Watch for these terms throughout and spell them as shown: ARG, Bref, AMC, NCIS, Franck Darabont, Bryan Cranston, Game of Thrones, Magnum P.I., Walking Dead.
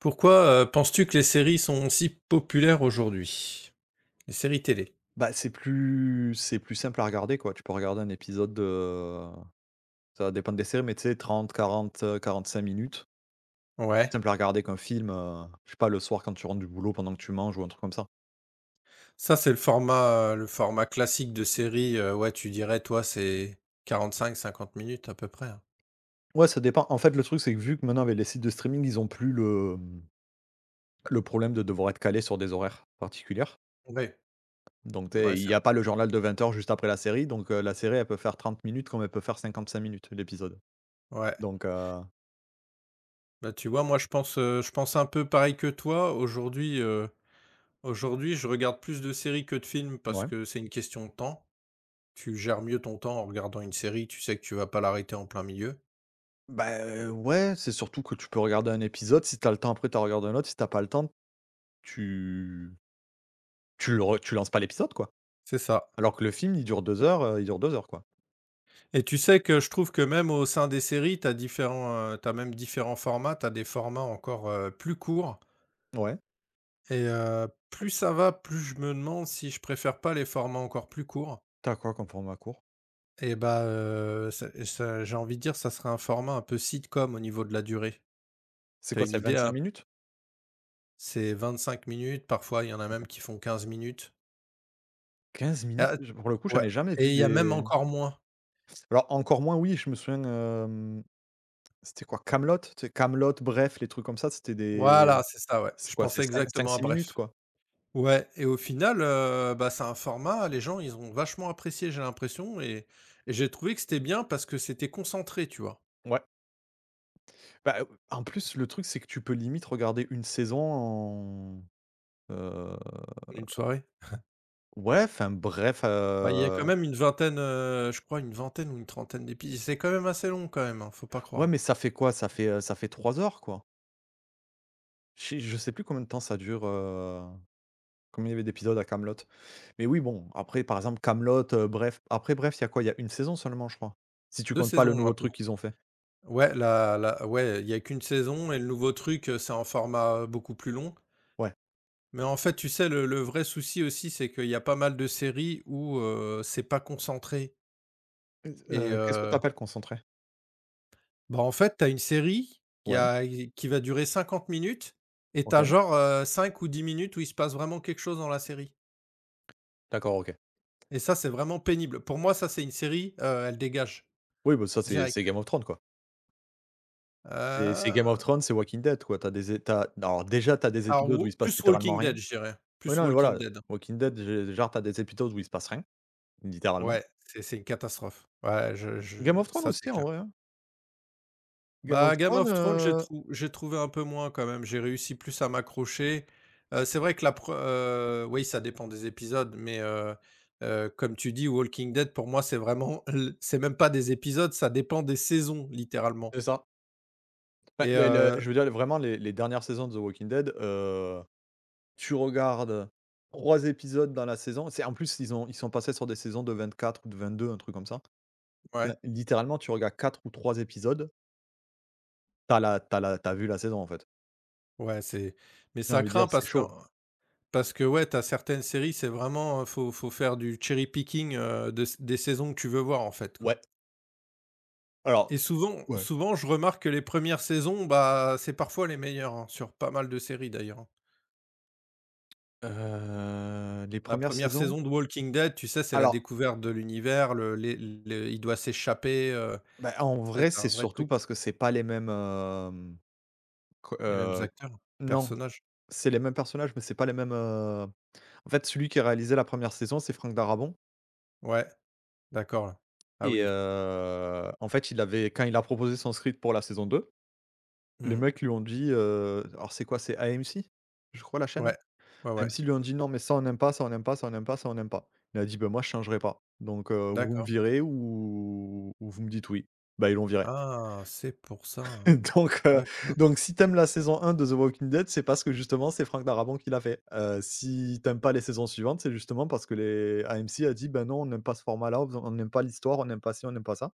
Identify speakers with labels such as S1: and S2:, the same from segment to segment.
S1: Pourquoi, penses-tu que les séries sont si populaires aujourd'hui? Les séries télé?
S2: Bah, c'est plus simple à regarder, quoi. Tu peux regarder un épisode de Ça va dépendre des séries, mais tu sais, 30 45 minutes. Plus
S1: Ouais.
S2: simple à regarder qu'un film, je sais pas, le soir quand tu rentres du boulot pendant que tu manges ou un truc comme ça.
S1: Ça, c'est le format, classique de série, ouais, tu dirais, toi, c'est 45-50 minutes à peu près, hein?
S2: Ouais, ça dépend. En fait, le truc, c'est que vu que maintenant avec les sites de streaming, ils ont plus le problème de devoir être calé sur des horaires particulières.
S1: Ouais,
S2: Donc tu
S1: ouais,
S2: il
S1: c'est
S2: y a
S1: vrai.
S2: pas le journal de 20 heures juste après la série, donc la série, elle peut faire 30 minutes comme elle peut faire 55 minutes, l'épisode.
S1: Ouais.
S2: Donc heu,
S1: Bah, tu vois, moi, je pense un peu pareil que toi. Aujourd'hui, je regarde plus de séries que de films parce
S2: ouais.
S1: que c'est une question de temps. Tu gères mieux ton temps en regardant une série, tu sais que tu vas pas l'arrêter en plein milieu.
S2: Bah, ouais, c'est surtout que tu peux regarder un épisode, si t'as le temps après tu en regardes un autre, si t'as pas le temps, tu tu le re tu lances pas l'épisode, quoi.
S1: C'est ça.
S2: Alors que le film, il dure 2 heures, il dure 2 heures, quoi.
S1: Et tu sais que je trouve que même au sein des séries, tu as différents, tu même différents formats. Tu as des formats encore, plus courts
S2: Ouais.
S1: et plus ça va, plus je me demande si je préfère pas les formats encore plus courts
S2: T'as quoi comme format court?
S1: et bah, c'est ça, j'ai envie de dire, ça serait un format un peu sitcom au niveau de la durée.
S2: C'est
S1: Tu as
S2: quoi,
S1: une
S2: c'est
S1: idée,
S2: cinq
S1: hein?
S2: minutes?
S1: C'est 5 minutes, parfois il y en a
S2: OK.
S1: même qui font 15 minutes.
S2: 15 minutes?
S1: Ah
S2: Je Pour le coup, j'en
S1: ouais,
S2: ai jamais
S1: et
S2: vu
S1: il y a
S2: des...
S1: même encore moins.
S2: Encore moins, oui, je me souviens, c'était quoi? Camelot Camelot Bref, les trucs comme ça,
S1: Voilà, c'est ça, ouais.
S2: C'est
S1: Je
S2: quoi? C'est
S1: pensais
S2: cinq
S1: exactement à
S2: six
S1: Bref.
S2: minutes, quoi.
S1: Ouais, et au final, bah, c'est un format, les gens, ils ont vachement apprécié, j'ai l'impression, et j'ai trouvé que c'était bien parce que c'était concentré, tu vois?
S2: Ouais. Bah, en plus, le truc, c'est que tu peux limite regarder une saison en...
S1: Une soirée.
S2: Ouais, enfin bref,
S1: Bah, il y a quand même je crois une vingtaine ou une trentaine d'épisodes, c'est quand même assez long quand même, hein, faut pas
S2: ouais, mais
S1: croire.
S2: ça fait quoi? Ça fait 3 heures, quoi. Je sais plus combien de temps ça dure, combien il y avait d'épisodes à Camelot. Mais oui, bon, après, par exemple, Camelot, bref, après bref, il y a quoi? Il y a une saison seulement, je crois, si tu
S1: deux
S2: comptes pas le
S1: saisons
S2: nouveau
S1: maintenant.
S2: truc qu'ils ont fait.
S1: Ouais, la la ouais, il y a qu'une saison et le nouveau truc, c'est en format, beaucoup plus long.
S2: Ouais.
S1: Mais en fait, tu sais, le vrai souci aussi, c'est qu'il y a pas mal de séries où, c'est pas concentré
S2: Z Qu'est-ce que
S1: et
S2: t'appelles concentré?
S1: bah, en fait, tu as une série
S2: Ouais,
S1: qui va durer 50 minutes et tu as
S2: OK.
S1: genre, 5 ou 10 minutes où il se passe vraiment quelque chose dans la série
S2: D'accord, OK.
S1: et ça, c'est vraiment pénible. Pour moi, ça, c'est une série, elle dégage,
S2: Oui, bah, ça, c'est
S1: direct.
S2: Game of Thrones, quoi. C'est Game of
S1: Heu,
S2: Thrones, c'est Walking Dead, quoi. T'as des é tu Alors déjà, t'as des
S1: alors
S2: épisodes où il
S1: ou
S2: se passe
S1: plus
S2: littéralement
S1: Walking
S2: rien.
S1: Dead, je dirais,
S2: Ouais,
S1: plus
S2: non, mais
S1: Walking
S2: voilà,
S1: Dead.
S2: Walking Dead, gé genre, tu des épisodes où il se passe rien, littéralement.
S1: Ouais, c'est une catastrophe. Ouais,
S2: Game
S1: je
S2: of Thrones
S1: ça, c'est
S2: aussi en
S1: clair.
S2: vrai, hein. Game of
S1: Bah, Game
S2: Thrones,
S1: of Thrones, j'ai trouvé un peu moins quand même, j'ai réussi plus à m'accrocher. C'est vrai que la pre oui, ça dépend des épisodes, comme tu dis, Walking Dead, pour moi, c'est vraiment l c'est même pas des épisodes, ça dépend des saisons, littéralement,
S2: c'est ça. Enfin,
S1: et
S2: les le Je veux dire vraiment les dernières saisons de The Walking Dead, tu regardes 3 épisodes dans la saison. C'est en plus ils sont passés sur des saisons de 24 ou de 22, un truc comme ça. Enfin,
S1: ouais,
S2: littéralement tu regardes 4 ou 3 épisodes, tu as vu la saison en fait.
S1: ouais, c'est mais
S2: J'ai
S1: ça
S2: envie de dire
S1: craint
S2: c'est
S1: parce que
S2: chaud.
S1: ouais, t'as certaines séries, c'est vraiment, faut faire du cherry picking, de s des saisons que tu veux voir, en fait, quoi.
S2: Ouais,
S1: Et
S2: alors ouais,
S1: souvent, je remarque que les premières saisons, bah, c'est parfois les meilleures, hein, sur pas mal de séries d'ailleurs, hein.
S2: les
S1: La
S2: premières
S1: première
S2: saisons...
S1: saison de Walking Dead, tu sais, c'est la
S2: alors,
S1: découverte de l'univers, il doit s'échapper,
S2: Bah, en
S1: tu
S2: vrai, c'est
S1: un vrai
S2: surtout
S1: truc.
S2: parce que c'est pas les mêmes, hem, co
S1: Les mêmes acteurs,
S2: non.
S1: personnages.
S2: C'est les mêmes personnages, mais c'est pas les mêmes, en fait, celui qui a réalisé la première saison, c'est Franck Darabont
S1: Ouais, d'accord, ouais. Ah
S2: et
S1: oui.
S2: en fait, il avait quand il a proposé son script pour la saison 2, les
S1: Mmh.
S2: mecs lui ont dit, alors c'est quoi? C'est AMC, je crois, la chaîne?
S1: Ouais. Ouais, ouais.
S2: AMC lui ont dit: «Non, mais ça, on n'aime pas, ça, on n'aime pas, ça, on n'aime pas, ça, on n'aime pas». Il a dit: «Ben moi, je changerai pas. Vous me
S1: D'accord.
S2: virez ou vous me dites oui». Bah, ils l'ont viré.
S1: Ah, c'est pour ça, hein.
S2: Donc heu,
S1: D'accord.
S2: donc si t'aimes la saison un de The Walking Dead, c'est parce que justement c'est Frank Darabont qui l'a fait. Si t'aimes pas les saisons suivantes, c'est justement parce que les AMC a dit: «Ben non, on n'aime pas ce format-là, on n'aime pas l'histoire, on n'aime pas ci, on n'aime pas ça».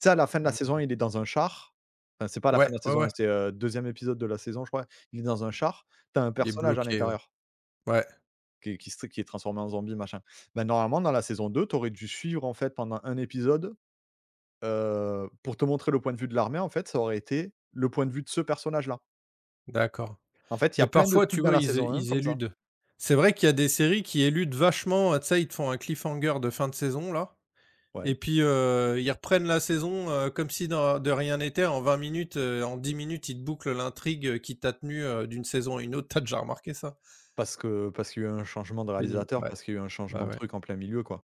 S2: Tu sais, à la fin de la
S1: Mmh.
S2: saison, il est dans un char. Enfin c'est pas la fin
S1: Ouais,
S2: de la
S1: ouais,
S2: saison 1,
S1: ouais.
S2: c'est, 2e épisode de la saison, je crois. Il est dans un char, t'as un
S1: Il est
S2: personnage à
S1: bloqué, ouais.
S2: l'intérieur
S1: Ouais,
S2: qui est transformé en zombie machin. Ben normalement dans la saison 2, t'aurais dû suivre en fait pendant un épisode, pour te montrer le point de vue de l'armée, en fait, ça aurait été le point de vue de ce personnage-là.
S1: d'accord.
S2: En fait, il y
S1: Mais
S2: a plein de
S1: parfois,
S2: trucs
S1: tu
S2: dans
S1: vois,
S2: la saison 1
S1: ils
S2: comme ça.
S1: éludent. C'est vrai qu'il y a des séries qui éludent vachement, tu sais, ils te font un cliffhanger de fin de saison là,
S2: Ouais,
S1: et puis, ils reprennent la saison, comme si dans de rien n'était, en 20 minutes, en 10 minutes, ils te bouclent l'intrigue, qui t'a tenu, d'une saison à une autre. T'as déjà remarqué ça?
S2: parce qu'il y a eu un changement de
S1: Pénible.
S2: réalisateur,
S1: Ouais,
S2: parce qu'il y a eu un changement
S1: bah,
S2: de
S1: ouais,
S2: truc en plein milieu, quoi.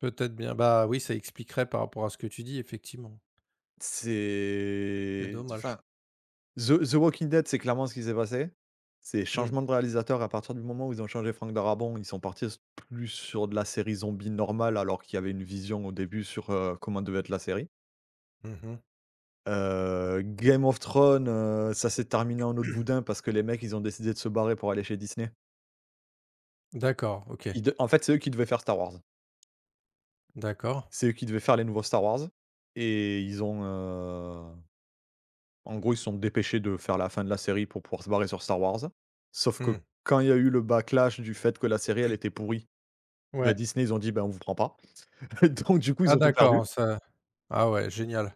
S1: peut-être bien. Bah, oui, ça expliquerait par rapport à ce que tu dis, effectivement. C'est
S2: C'est enfin,
S1: dommage.
S2: The Walking Dead, c'est clairement ce qui s'est passé. C'est
S1: Mmh.
S2: changement de réalisateur. À partir du moment où ils ont changé Frank Darabont, ils sont partis s plus sur de la série zombie normale, alors qu'il y avait une vision au début sur, comment devait être la série.
S1: Mmh.
S2: Game of Thrones, ça s'est terminé en autre boudin parce que les mecs, ils ont décidé de se barrer pour aller chez Disney.
S1: D'accord, OK.
S2: Ils de En fait, c'est eux qui devaient faire Star Wars.
S1: D'accord.
S2: C'est eux qui devaient faire les nouveaux Star Wars et ils ont, en gros, ils se sont dépêchés de faire la fin de la série pour pouvoir se barrer sur Star Wars. Sauf que
S1: Mmh.
S2: quand il y a eu le backlash du fait que la série, elle était pourrie, bah,
S1: Ouais,
S2: Disney, ils ont dit: «Ben on vous prend pas». Donc du coup, ils
S1: Ah,
S2: ont tout perdu.
S1: d'accord, ça ah ouais, génial.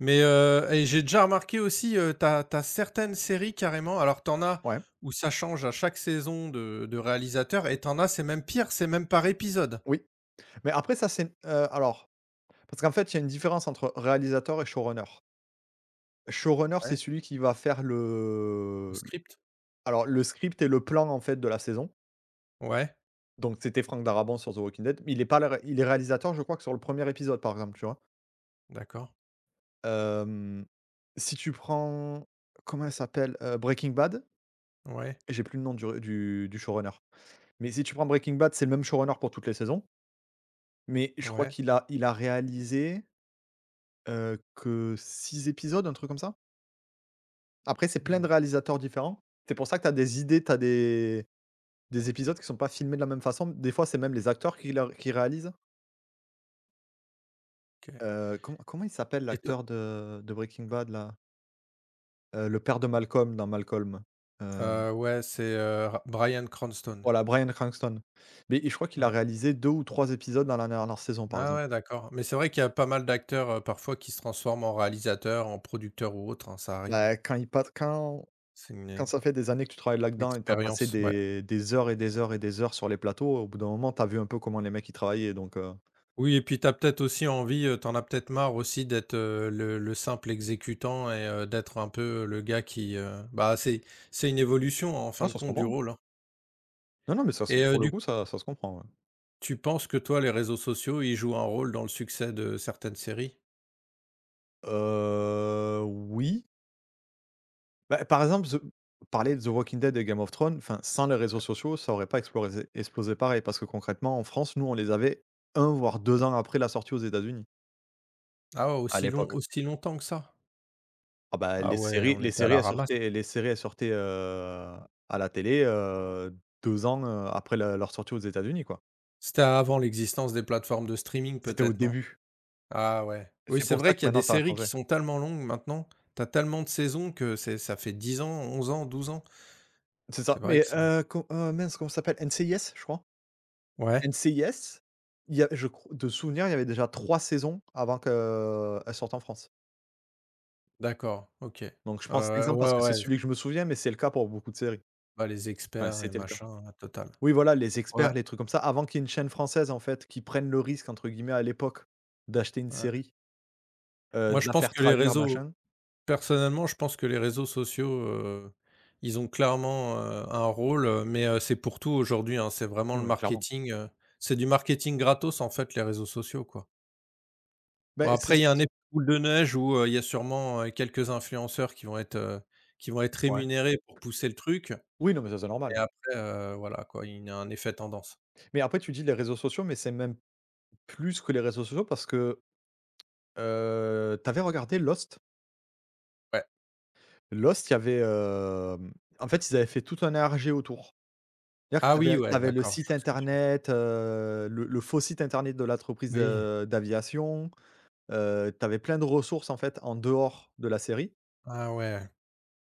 S1: Mais et j'ai déjà remarqué aussi, tu as certaines séries carrément, alors t'en as
S2: Ouais,
S1: où ça change à chaque saison de réalisateur et t'en as, c'est même pire, c'est même par épisode.
S2: oui. Mais après ça, c'est n alors, parce qu'en fait, il y a une différence entre réalisateur et showrunner. Showrunner, c'est
S1: Ouais,
S2: celui qui va faire
S1: le
S2: le
S1: script?
S2: alors le script et le plan, en fait, de la saison.
S1: Ouais,
S2: Donc c'était Frank Darabont sur The Walking Dead. Mais Il est pas le ré il est réalisateur, je crois, que sur le premier épisode, par exemple, tu vois?
S1: d'accord.
S2: Hem, Si tu prends, comment elle s'appelle? Breaking Bad,
S1: Ouais,
S2: j'ai plus le nom du showrunner. Mais si tu prends Breaking Bad, c'est le même showrunner pour toutes les saisons, mais je crois
S1: ouais,
S2: qu'il a réalisé, que 6 épisodes, un truc comme ça? Après, c'est plein
S1: mmh,
S2: de réalisateurs différents. C'est pour ça que tu as des épisodes qui sont pas filmés de la même façon. Des fois, c'est même les acteurs qui réalisent.
S1: OK.
S2: Comment il s'appelle
S1: Et toi,
S2: l'acteur de Breaking Bad là? Le père de Malcolm dans Malcolm.
S1: ouais, c'est, Ra Bryan Cranston.
S2: Voilà, Bryan Cranston. Mais et je crois qu'il a
S1: Ouais.
S2: réalisé 2 ou 3 épisodes dans la dernière saison, par
S1: Ah
S2: exemple.
S1: ouais, d'accord, mais c'est vrai qu'il y a pas mal d'acteurs, parfois qui se transforment en réalisateur, en producteur ou autre, hein, ça arrive.
S2: Bah, quand il pat quand
S1: C'est une,
S2: quand ça fait des années que tu travailles là-dedans et tu as passé
S1: expérience, ouais.
S2: des heures et des heures et des heures sur les plateaux, au bout d'un moment, tu as vu un peu comment les mecs, ils travaillaient,
S1: Oui, et puis tu as peut-être aussi envie, tu as peut-être marre aussi d'être, le simple exécutant, et d'être un peu, le gars qui, bah, c'est une évolution, hein, en
S2: ouais,
S1: fin de
S2: ça se
S1: compte du
S2: comprend.
S1: rôle, hein.
S2: Non, non, mais ça se
S1: Et
S2: pour le
S1: du
S2: coup,
S1: coup,
S2: ça se comprend, ouais.
S1: tu penses que toi, les réseaux sociaux, ils jouent un rôle dans le succès de certaines séries?
S2: Oui. Bah, par exemple, The parler de The Walking Dead et Game of Thrones, enfin, sans les réseaux sociaux, ça aurait pas explorésé explosé pareil parce que concrètement, en France, nous, on les avait un voire 2 ans après la sortie aux États-Unis,
S1: Ah ouais,
S2: à l'époque.
S1: aussi longtemps que ça?
S2: Ah bah,
S1: Ah ouais, on était à la ramasse.
S2: les séries elles sortaient, à la télé, 2 ans, après le leur sortie aux États-Unis, quoi.
S1: C'était avant l'existence des plateformes de streaming
S2: C'était au
S1: peut-être, non?
S2: début.
S1: Ah ouais. Oui,
S2: C'est
S1: c'est
S2: pour ça
S1: vrai
S2: que
S1: qu'il y a
S2: maintenant
S1: des
S2: ça a
S1: séries
S2: changé.
S1: qui sont tellement longues maintenant, t'as tellement de saisons que c'est ça fait 10 ans, 11 ans, 12 ans.
S2: C'est ça,
S1: C'est vrai
S2: mais
S1: que ça
S2: co mince, comment ça s'appelle? NCIS, je crois?
S1: ouais?
S2: NCIS, il y a, je cro de souvenir, il y avait déjà 3 saisons avant qu'elles sortent en France.
S1: D'accord, OK.
S2: Donc je prends cet
S1: Ouais,
S2: exemple parce
S1: ouais,
S2: que c'est
S1: ouais, c'est
S2: celui que je me souviens, mais c'est le cas pour beaucoup de séries.
S1: pas les
S2: Enfin,
S1: experts, les
S2: c'était le cas.
S1: machins, la totale.
S2: Oui, voilà, les
S1: Ouais,
S2: experts, les trucs comme ça, avant qu'il y ait une chaîne française, en fait, qui prenne le risque entre guillemets à l'époque, d'acheter une
S1: ouais.
S2: série.
S1: Moi,
S2: De
S1: je
S2: la
S1: pense
S2: faire
S1: que les
S2: traduire,
S1: réseaux
S2: machin.
S1: Personnellement, je pense que les réseaux sociaux, ils ont clairement, un rôle, c'est pour tout aujourd'hui, hein. C'est vraiment
S2: Ouais, clairement.
S1: c'est du marketing gratos, en fait, les réseaux sociaux, quoi.
S2: Beh,
S1: Bon,
S2: c'est,
S1: après, il y a un effet boule de neige où, il y a sûrement, quelques influenceurs qui vont être
S2: ouais.
S1: rémunérés pour pousser le truc,
S2: Oui, non, mais ça, c'est
S1: et
S2: normal.
S1: après, voilà, quoi, il y a un effet tendance.
S2: Mais après, tu dis les réseaux sociaux, mais c'est même plus que les réseaux sociaux parce que, tu avais regardé Lost?
S1: Ouais.
S2: Lost, il y avait, en fait, ils avaient fait tout un ARG autour. C'est-à-dire que
S1: Ah oui,
S2: tu
S1: ouais,
S2: avais le
S1: d'accord,
S2: site
S1: je vois ce que tu.
S2: internet, le faux site internet de l'entreprise,
S1: Oui.
S2: d'aviation, tu avais plein de ressources, en fait, en dehors de la série
S1: Ah ouais.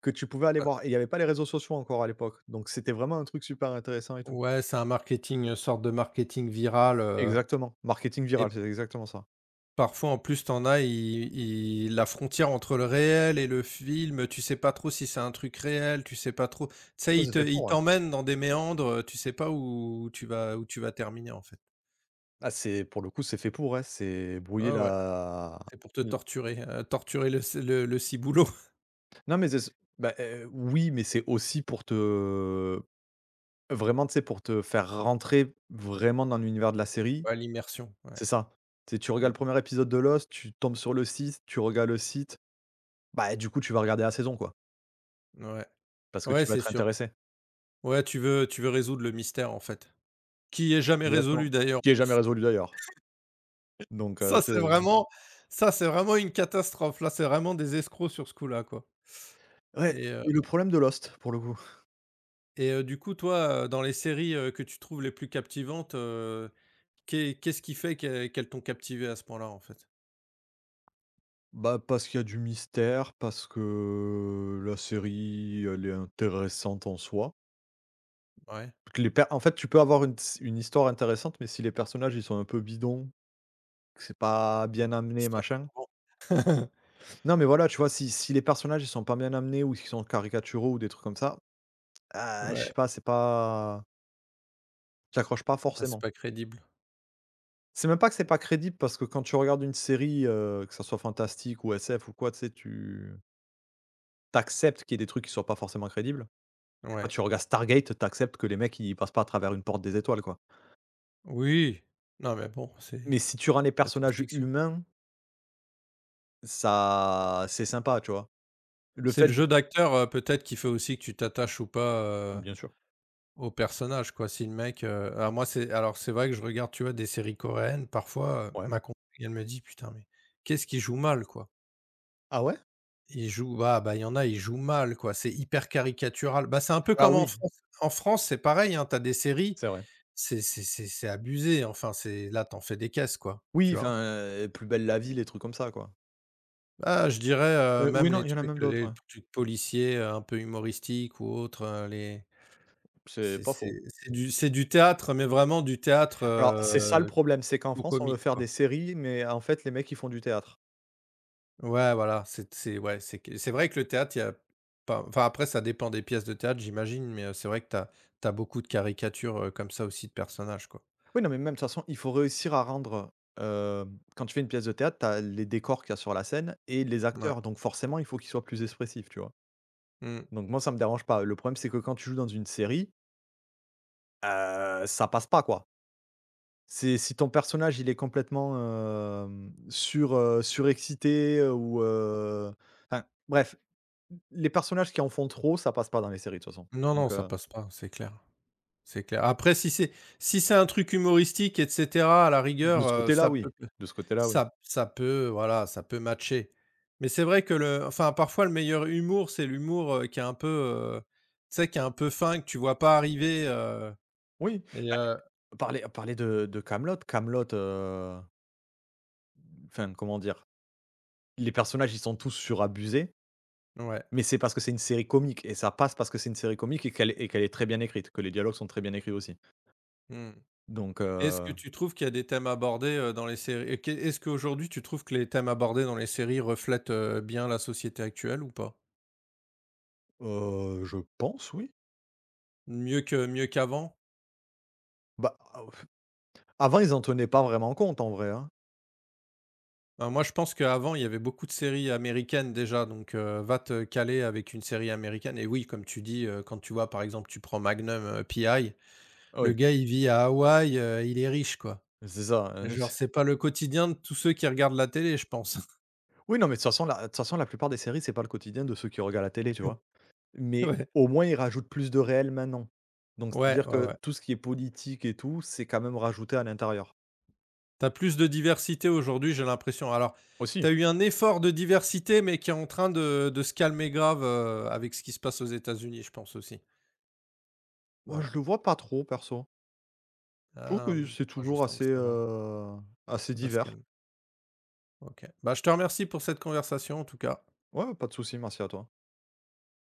S2: que tu pouvais aller voir,
S1: Heu,
S2: et il y avait pas les réseaux sociaux encore à l'époque, donc c'était vraiment un truc super intéressant et tout.
S1: ouais, c'est un marketing, une sorte de marketing viral,
S2: Exactement, marketing viral,
S1: et
S2: c'est exactement ça.
S1: parfois, en plus, t'en as, Il ils la frontière entre le réel et le film, tu sais pas trop si c'est un truc réel, tu sais pas trop, tu sais,
S2: Ouais, c'est fait pour,
S1: ils
S2: ouais.
S1: t'emmènent dans des méandres, tu sais pas où tu vas terminer, en fait.
S2: Ah, c'est pour le coup, c'est fait pour, ouais, c'est brouiller
S1: Ouais, ouais,
S2: la...
S1: c'est pour te
S2: l
S1: torturer, torturer le c le ciboulot.
S2: Non, mais c'est... bah, oui, mais c'est aussi pour te... vraiment, tu sais, pour te faire rentrer vraiment dans l'univers de la série,
S1: Ouais, l'immersion, ouais.
S2: c'est ça. C'est, tu regardes
S1: Mmh.
S2: le premier épisode de Lost, tu tombes sur le site, tu regardes le site, bah, du coup, tu vas regarder la saison, quoi,
S1: Ouais.
S2: parce que
S1: Ouais,
S2: tu vas
S1: c'est
S2: être
S1: sûr.
S2: intéressé.
S1: Ouais, tu veux résoudre le mystère, en fait, qui est jamais
S2: Exactement,
S1: résolu, d'ailleurs.
S2: qui est jamais résolu d'ailleurs, donc
S1: Ça,
S2: tu
S1: c'est vraiment Ça, c'est vraiment une catastrophe. Là, c'est vraiment des escrocs sur ce coup-là, quoi,
S2: ouais,
S1: et heu
S2: et le problème de Lost, pour le coup.
S1: du coup, toi, dans les séries, que tu trouves les plus captivantes, qu'est-ce qui fait qu'elles t'ont captivé à ce point-là, en fait?
S2: Bah, parce qu'il y a du mystère, parce que la série, elle est intéressante en soi.
S1: Ouais.
S2: En fait, tu peux avoir une histoire intéressante, mais si les personnages ils sont un peu bidons, que c'est pas bien amené,
S1: Histoire
S2: machin. Non, mais voilà, tu vois, si, si les personnages ils sont pas bien amenés ou qu'ils sont caricaturaux ou des trucs comme ça, ah, je sais
S1: Ouais,
S2: pas, c'est pas. J'accroche pas
S1: bon, bah, c'est
S2: forcément.
S1: pas crédible.
S2: C'est même pas que c'est pas crédible parce que quand tu regardes une série, que ça soit fantastique ou SF ou quoi, tu sais, tu t'acceptes qu'il y ait des trucs qui soient pas forcément crédibles. Quand
S1: Ouais.
S2: tu regardes Stargate, t'acceptes que les mecs ils passent pas à travers une porte des étoiles, quoi.
S1: Oui. Non, mais bon, c'est
S2: Mais si tu rends les
S1: la
S2: personnages
S1: science-fiction.
S2: humains, ça c'est sympa, tu vois? Le
S1: C'est
S2: fait
S1: le jeu d'acteur, peut-être qui fait aussi que tu t'attaches ou pas,
S2: Bien sûr,
S1: au personnage, quoi. Si le mec, alors moi c'est alors c'est vrai que je regarde, tu vois, des séries coréennes parfois,
S2: ouais.
S1: ma compagne elle me dit: «Putain, mais qu'est-ce qu'il joue mal, quoi?»
S2: Ah ouais?
S1: Il joue, bah, il y en a, il joue mal quoi, c'est hyper caricatural. Bah, c'est un peu
S2: Alors
S1: comme en
S2: oui,
S1: France en France, c'est pareil, hein, t'as des séries,
S2: c'est vrai.
S1: c'est abusé, enfin c'est là t'en fais des caisses quoi,
S2: Oui,
S1: tu vois?
S2: enfin, Plus belle la vie, les trucs comme ça, quoi.
S1: Ah, je dirais,
S2: Oui,
S1: même
S2: non, il y en a même d'autres,
S1: les
S2: ouais.
S1: trucs policiers, un peu humoristiques ou autres, les
S2: C'est pas faux.
S1: c'est du théâtre, mais vraiment du théâtre,
S2: Alors, c'est ça le problème, c'est qu'en
S1: trop
S2: France, on veut
S1: comique
S2: faire des
S1: quoi.
S2: séries, mais en fait, les mecs, ils font du théâtre.
S1: Ouais, voilà, c'est ouais, c'est vrai que le théâtre, il y a pas enfin, après ça dépend des pièces de théâtre, j'imagine, mais c'est vrai que t'as as beaucoup de caricatures, comme ça aussi de personnages, quoi.
S2: Oui, non, mais même de toute façon, il faut réussir à rendre, quand tu fais une pièce de théâtre, tu as les décors qu'il y a sur la scène et les
S1: Ouais.
S2: acteurs, donc forcément, il faut qu'ils soient plus expressifs, tu vois?
S1: Mmh.
S2: Donc moi, ça me dérange pas. Le problème, c'est que quand tu joues dans une série, ça passe pas, quoi. C'est si ton personnage, il est complètement, surexcité, ou, enfin, bref, les personnages qui en font trop, ça passe pas dans les séries, de toute façon.
S1: Non, non,
S2: Donc,
S1: ça passe pas, c'est clair, c'est clair. Après, si c'est un truc humoristique et cetera, à la
S2: de
S1: rigueur,
S2: ce côté-là,
S1: ça peut
S2: oui. De ce côté-là, oui.
S1: ça ça peut, voilà, ça peut matcher. Mais c'est vrai que le enfin, parfois le meilleur humour, c'est l'humour, qui est un peu, tu sais, qui est un peu fin, que tu vois pas arriver,
S2: Oui,
S1: et
S2: bah, parler de Camelot. Camelot, enfin, comment dire? Les personnages, ils sont tous surabusés,
S1: ouais.
S2: mais c'est parce que c'est une série comique et ça passe parce que c'est une série comique et qu'elle est très bien écrite, que les dialogues sont très bien écrits aussi.
S1: Mmh.
S2: Donc
S1: Est-ce que
S2: heu
S1: tu trouves qu'il y a des thèmes abordés, dans les séries, et qu'est est-ce qu'aujourd'hui tu trouves que les thèmes abordés dans les séries reflètent, bien la société actuelle ou pas?
S2: heu, je pense, oui.
S1: Mieux qu'avant?
S2: Bah, avant ils en tenaient pas vraiment compte en vrai, hein.
S1: Bah, moi je pense qu'avant il y avait beaucoup de séries américaines déjà, donc, va te caler avec une série américaine, et oui, comme tu dis, quand tu vois par exemple, tu prends Magnum, P.I., le
S2: Oui,
S1: gars il vit à Hawaï, il est riche quoi.
S2: c'est ça,
S1: Genre c'est pas le quotidien de tous ceux qui regardent la télé, je pense.
S2: Oui, non, mais de toute façon, la de toute façon la plupart des séries, c'est pas le quotidien de ceux qui regardent la télé, tu vois? Mais
S1: Ouais.
S2: au moins ils rajoutent plus de réel maintenant. Donc
S1: Ouais,
S2: c'est-à-dire
S1: ouais,
S2: que
S1: ouais.
S2: tout ce qui est politique et tout, c'est quand même rajouté à l'intérieur.
S1: T'as plus de diversité aujourd'hui, j'ai l'impression. Alors,
S2: Aussi.
S1: t'as eu un effort de diversité, mais qui est en train de se calmer grave, avec ce qui se passe aux États-Unis, je pense aussi.
S2: Moi je
S1: Voilà.
S2: le vois pas trop perso. Je trouve
S1: Ah,
S2: que c'est
S1: moi, je
S2: toujours
S1: sens
S2: assez,
S1: que
S2: assez
S1: ça va se
S2: divers.
S1: calmer. OK. Bah, je te remercie pour cette conversation, en tout cas.
S2: Ouais, pas de souci, merci à toi.